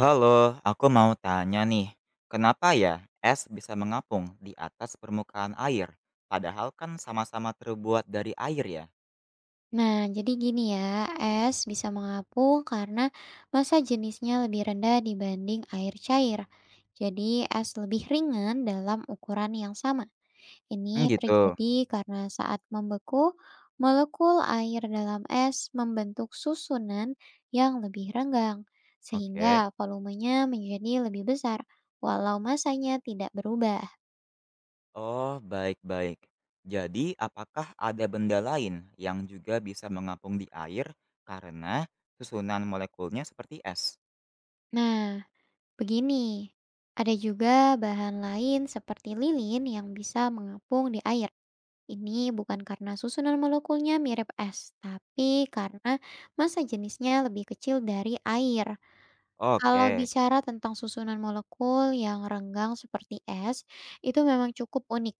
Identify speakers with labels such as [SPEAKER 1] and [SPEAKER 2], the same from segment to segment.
[SPEAKER 1] Halo, aku mau tanya nih, kenapa ya es bisa mengapung di atas permukaan air? Padahal kan sama-sama terbuat dari air ya?
[SPEAKER 2] Nah, jadi gini ya, es bisa mengapung karena massa jenisnya lebih rendah dibanding air cair. Jadi, es lebih ringan dalam ukuran yang sama.
[SPEAKER 1] Hmm,
[SPEAKER 2] Ini
[SPEAKER 1] gitu.
[SPEAKER 2] terjadi karena saat membeku, molekul air dalam es membentuk susunan yang lebih renggang,
[SPEAKER 1] Oke.
[SPEAKER 2] sehingga volumenya menjadi lebih besar, walau massanya tidak berubah.
[SPEAKER 1] Oh, baik-baik. Jadi, apakah ada benda lain yang juga bisa mengapung di air karena susunan molekulnya seperti es?
[SPEAKER 2] Nah, begini, ada juga bahan lain seperti lilin yang bisa mengapung di air. Ini bukan karena susunan molekulnya mirip es, tapi karena massa jenisnya lebih kecil dari air. Kalau
[SPEAKER 1] Oke.
[SPEAKER 2] bicara tentang susunan molekul yang renggang seperti es, itu memang cukup unik.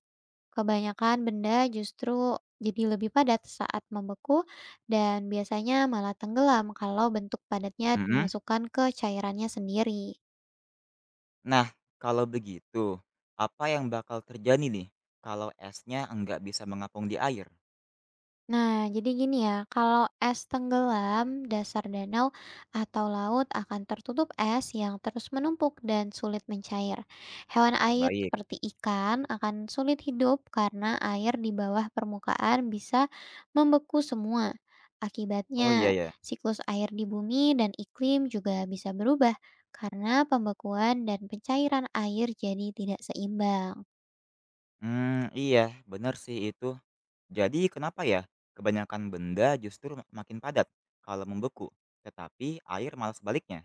[SPEAKER 2] Kebanyakan benda justru jadi lebih padat saat membeku dan biasanya malah tenggelam kalau bentuk padatnya
[SPEAKER 1] Mm-mm.
[SPEAKER 2] dimasukkan ke cairannya sendiri.
[SPEAKER 1] Nah, kalau begitu, apa yang bakal terjadi nih kalau esnya nggak bisa mengapung di air?
[SPEAKER 2] Nah, jadi gini ya, kalau es tenggelam, dasar danau atau laut akan tertutup es yang terus menumpuk dan sulit mencair. Hewan air
[SPEAKER 1] Baik.
[SPEAKER 2] seperti ikan akan sulit hidup karena air di bawah permukaan bisa membeku semua.
[SPEAKER 1] Oh iya
[SPEAKER 2] Akibatnya,
[SPEAKER 1] ya.
[SPEAKER 2] siklus air di bumi dan iklim juga bisa berubah karena pembekuan dan pencairan air jadi tidak seimbang.
[SPEAKER 1] Hmm, iya, bener sih itu. Jadi kenapa ya kebanyakan benda justru makin padat kalau membeku, tetapi air malah sebaliknya?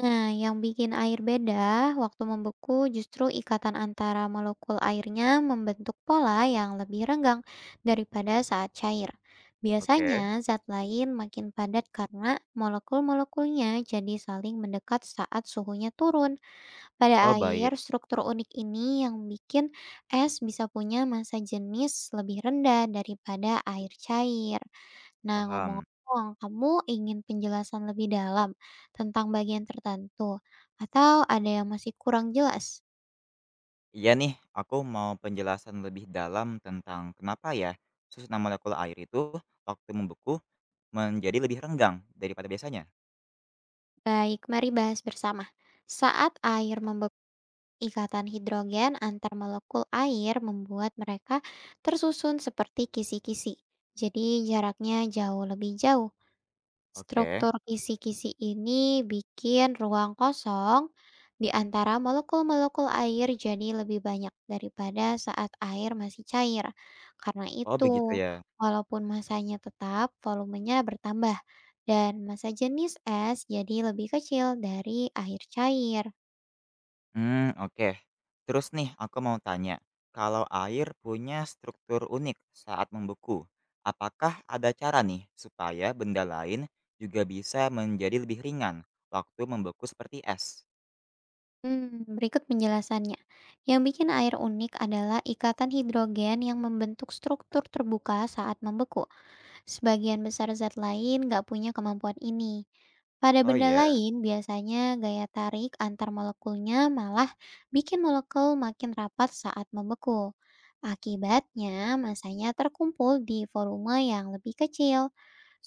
[SPEAKER 2] Nah, yang bikin air beda waktu membeku justru ikatan antara molekul airnya membentuk pola yang lebih renggang daripada saat cair.
[SPEAKER 1] Oke.
[SPEAKER 2] Biasanya zat lain makin padat karena molekul-molekulnya jadi saling mendekat saat suhunya turun. Pada
[SPEAKER 1] Oh baik,
[SPEAKER 2] air, struktur unik ini yang bikin es bisa punya massa jenis lebih rendah daripada air cair. Nah,
[SPEAKER 1] paham.
[SPEAKER 2] ngomong-ngomong, kamu ingin penjelasan lebih dalam tentang bagian tertentu, atau ada yang masih kurang jelas?
[SPEAKER 1] Iya nih, aku mau penjelasan lebih dalam tentang kenapa ya susunan molekul air itu waktu membeku menjadi lebih renggang daripada biasanya.
[SPEAKER 2] Baik, mari bahas bersama. Saat air membeku, ikatan hidrogen antar molekul air membuat mereka tersusun seperti kisi-kisi. Jadi, jaraknya jauh lebih jauh.
[SPEAKER 1] Oke.
[SPEAKER 2] Struktur kisi-kisi ini bikin ruang kosong di antara molekul-molekul air jadi lebih banyak daripada saat air masih cair. Karena
[SPEAKER 1] Oh begitu
[SPEAKER 2] itu,
[SPEAKER 1] ya.
[SPEAKER 2] walaupun masanya tetap, volumenya bertambah dan massa jenis es jadi lebih kecil dari air cair.
[SPEAKER 1] Hmm, oke. Terus nih aku mau tanya, kalau air punya struktur unik saat membeku, apakah ada cara nih supaya benda lain juga bisa menjadi lebih ringan waktu membeku seperti es?
[SPEAKER 2] Hmm, berikut penjelasannya. Yang bikin air unik adalah ikatan hidrogen yang membentuk struktur terbuka saat membeku. Sebagian besar zat lain nggak punya kemampuan ini. Pada
[SPEAKER 1] Oh
[SPEAKER 2] benda
[SPEAKER 1] iya.
[SPEAKER 2] lain, biasanya gaya tarik antar molekulnya malah bikin molekul makin rapat saat membeku. Akibatnya, masanya terkumpul di volume yang lebih kecil.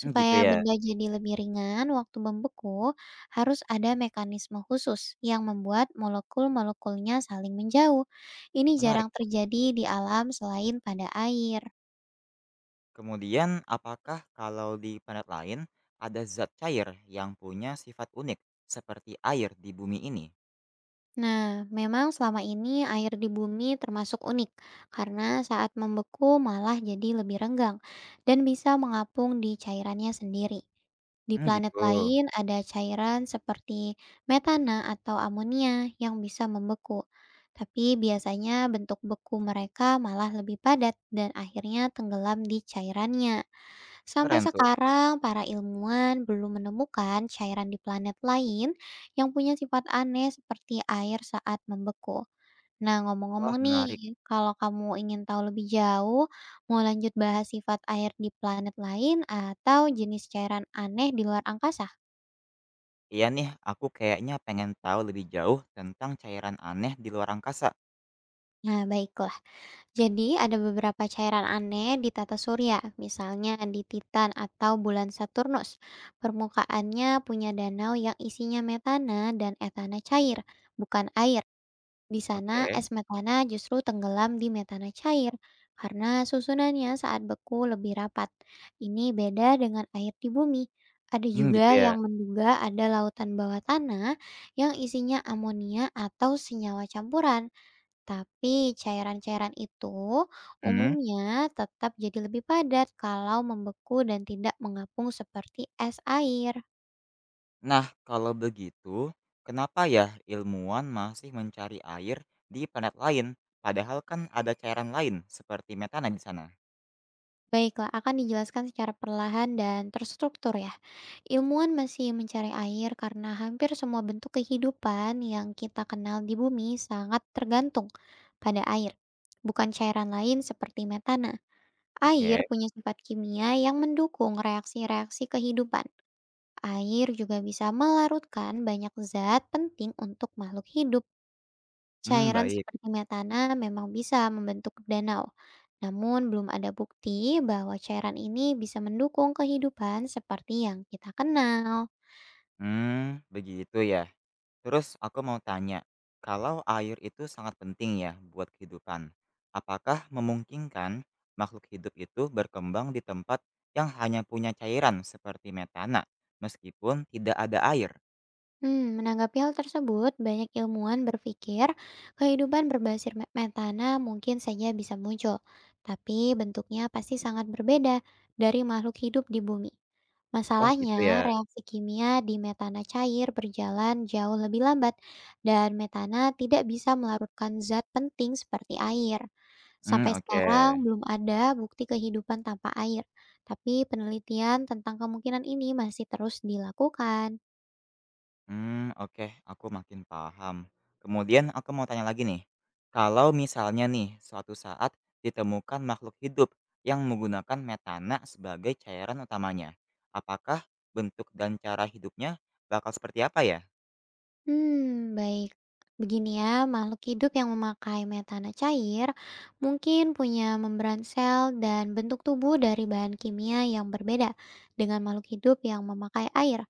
[SPEAKER 1] Mmm, gitu
[SPEAKER 2] Supaya
[SPEAKER 1] ya.
[SPEAKER 2] benda jadi lebih ringan waktu membeku, harus ada mekanisme khusus yang membuat molekul-molekulnya saling menjauh. Ini
[SPEAKER 1] Menarik
[SPEAKER 2] jarang
[SPEAKER 1] tuh.
[SPEAKER 2] terjadi di alam selain pada air.
[SPEAKER 1] Kemudian apakah kalau di planet lain ada zat cair yang punya sifat unik seperti air di bumi ini?
[SPEAKER 2] Nah, memang selama ini air di bumi termasuk unik karena saat membeku malah jadi lebih renggang dan bisa mengapung di cairannya sendiri. Di
[SPEAKER 1] Hmm,
[SPEAKER 2] planet
[SPEAKER 1] gitu.
[SPEAKER 2] lain ada cairan seperti metana atau amonia yang bisa membeku. Tapi biasanya bentuk beku mereka malah lebih padat dan akhirnya tenggelam di cairannya. Sampai
[SPEAKER 1] Keren tuh.
[SPEAKER 2] sekarang, para ilmuwan belum menemukan cairan di planet lain yang punya sifat aneh seperti air saat membeku. Nah,
[SPEAKER 1] Wah,
[SPEAKER 2] ngomong-ngomong
[SPEAKER 1] menarik.
[SPEAKER 2] nih, kalau kamu ingin tahu lebih jauh, mau lanjut bahas sifat air di planet lain atau jenis cairan aneh di luar angkasa?
[SPEAKER 1] Iya nih, aku kayaknya pengen tahu lebih jauh tentang cairan aneh di luar angkasa.
[SPEAKER 2] Nah, baiklah. Jadi ada beberapa cairan aneh di tata surya, misalnya di Titan atau bulan Saturnus. Permukaannya punya danau yang isinya metana dan etana cair, bukan air. Di sana
[SPEAKER 1] Oke.
[SPEAKER 2] es metana justru tenggelam di metana cair karena susunannya saat beku lebih rapat. Ini beda dengan air di bumi. Ada
[SPEAKER 1] Mmm, gitu
[SPEAKER 2] juga
[SPEAKER 1] ya?
[SPEAKER 2] yang menduga ada lautan bawah tanah yang isinya amonia atau senyawa campuran. Tapi cairan-cairan itu
[SPEAKER 1] Mhm.
[SPEAKER 2] umumnya tetap jadi lebih padat kalau membeku dan tidak mengapung seperti es air.
[SPEAKER 1] Nah, kalau begitu, kenapa ya ilmuwan masih mencari air di planet lain, padahal kan ada cairan lain seperti metana di sana?
[SPEAKER 2] Baiklah, akan dijelaskan secara perlahan dan terstruktur ya. Ilmuwan masih mencari air karena hampir semua bentuk kehidupan yang kita kenal di bumi sangat tergantung pada air, bukan cairan lain seperti metana.
[SPEAKER 1] Oke.
[SPEAKER 2] Air punya sifat kimia yang mendukung reaksi-reaksi kehidupan. Air juga bisa melarutkan banyak zat penting untuk makhluk hidup.
[SPEAKER 1] Mmm,
[SPEAKER 2] Cairan
[SPEAKER 1] baik.
[SPEAKER 2] seperti metana memang bisa membentuk danau, namun belum ada bukti bahwa cairan ini bisa mendukung kehidupan seperti yang kita kenal.
[SPEAKER 1] Mmm, begitu ya. Terus aku mau tanya, kalau air itu sangat penting ya buat kehidupan, apakah memungkinkan makhluk hidup itu berkembang di tempat yang hanya punya cairan seperti metana, meskipun tidak ada air?
[SPEAKER 2] Hmm, menanggapi hal tersebut, banyak ilmuwan berpikir kehidupan berbasis metana mungkin saja bisa muncul, tapi bentuknya pasti sangat berbeda dari makhluk hidup di bumi.
[SPEAKER 1] Wah, gitu ya?
[SPEAKER 2] Masalahnya, reaksi kimia di metana cair berjalan jauh lebih lambat, dan metana tidak bisa melarutkan zat penting seperti air.
[SPEAKER 1] Hmm,
[SPEAKER 2] Sampai
[SPEAKER 1] oke.
[SPEAKER 2] sekarang, belum ada bukti kehidupan tanpa air, tapi penelitian tentang kemungkinan ini masih terus dilakukan.
[SPEAKER 1] Hmm, oke, aku makin paham. Kemudian aku mau tanya lagi nih, kalau misalnya nih suatu saat ditemukan makhluk hidup yang menggunakan metana sebagai cairan utamanya, apakah bentuk dan cara hidupnya bakal seperti apa ya?
[SPEAKER 2] Hmm, baik. Begini ya, makhluk hidup yang memakai metana cair mungkin punya membran sel dan bentuk tubuh dari bahan kimia yang berbeda dengan makhluk hidup yang memakai air.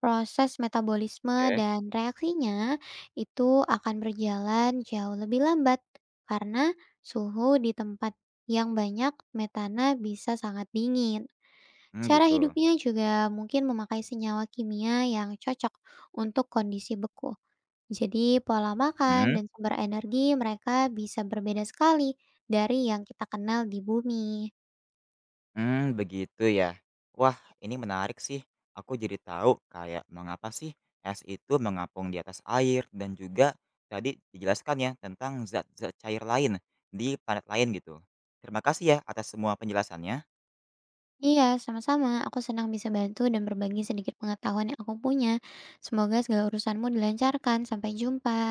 [SPEAKER 2] Proses metabolisme
[SPEAKER 1] Oke.
[SPEAKER 2] dan reaksinya itu akan berjalan jauh lebih lambat karena suhu di tempat yang banyak metana bisa sangat dingin.
[SPEAKER 1] Mmm,
[SPEAKER 2] Cara
[SPEAKER 1] gitu.
[SPEAKER 2] hidupnya juga mungkin memakai senyawa kimia yang cocok untuk kondisi beku. Jadi, pola makan
[SPEAKER 1] Hmm.
[SPEAKER 2] dan sumber energi mereka bisa berbeda sekali dari yang kita kenal di bumi.
[SPEAKER 1] Hmm, begitu ya. Wah, ini menarik sih. Aku jadi tahu kayak mengapa sih es itu mengapung di atas air dan juga tadi dijelaskan ya tentang zat-zat cair lain di planet lain gitu. Terima kasih ya atas semua penjelasannya.
[SPEAKER 2] Iya, sama-sama. Aku senang bisa bantu dan berbagi sedikit pengetahuan yang aku punya. Semoga segala urusanmu dilancarkan. Sampai jumpa.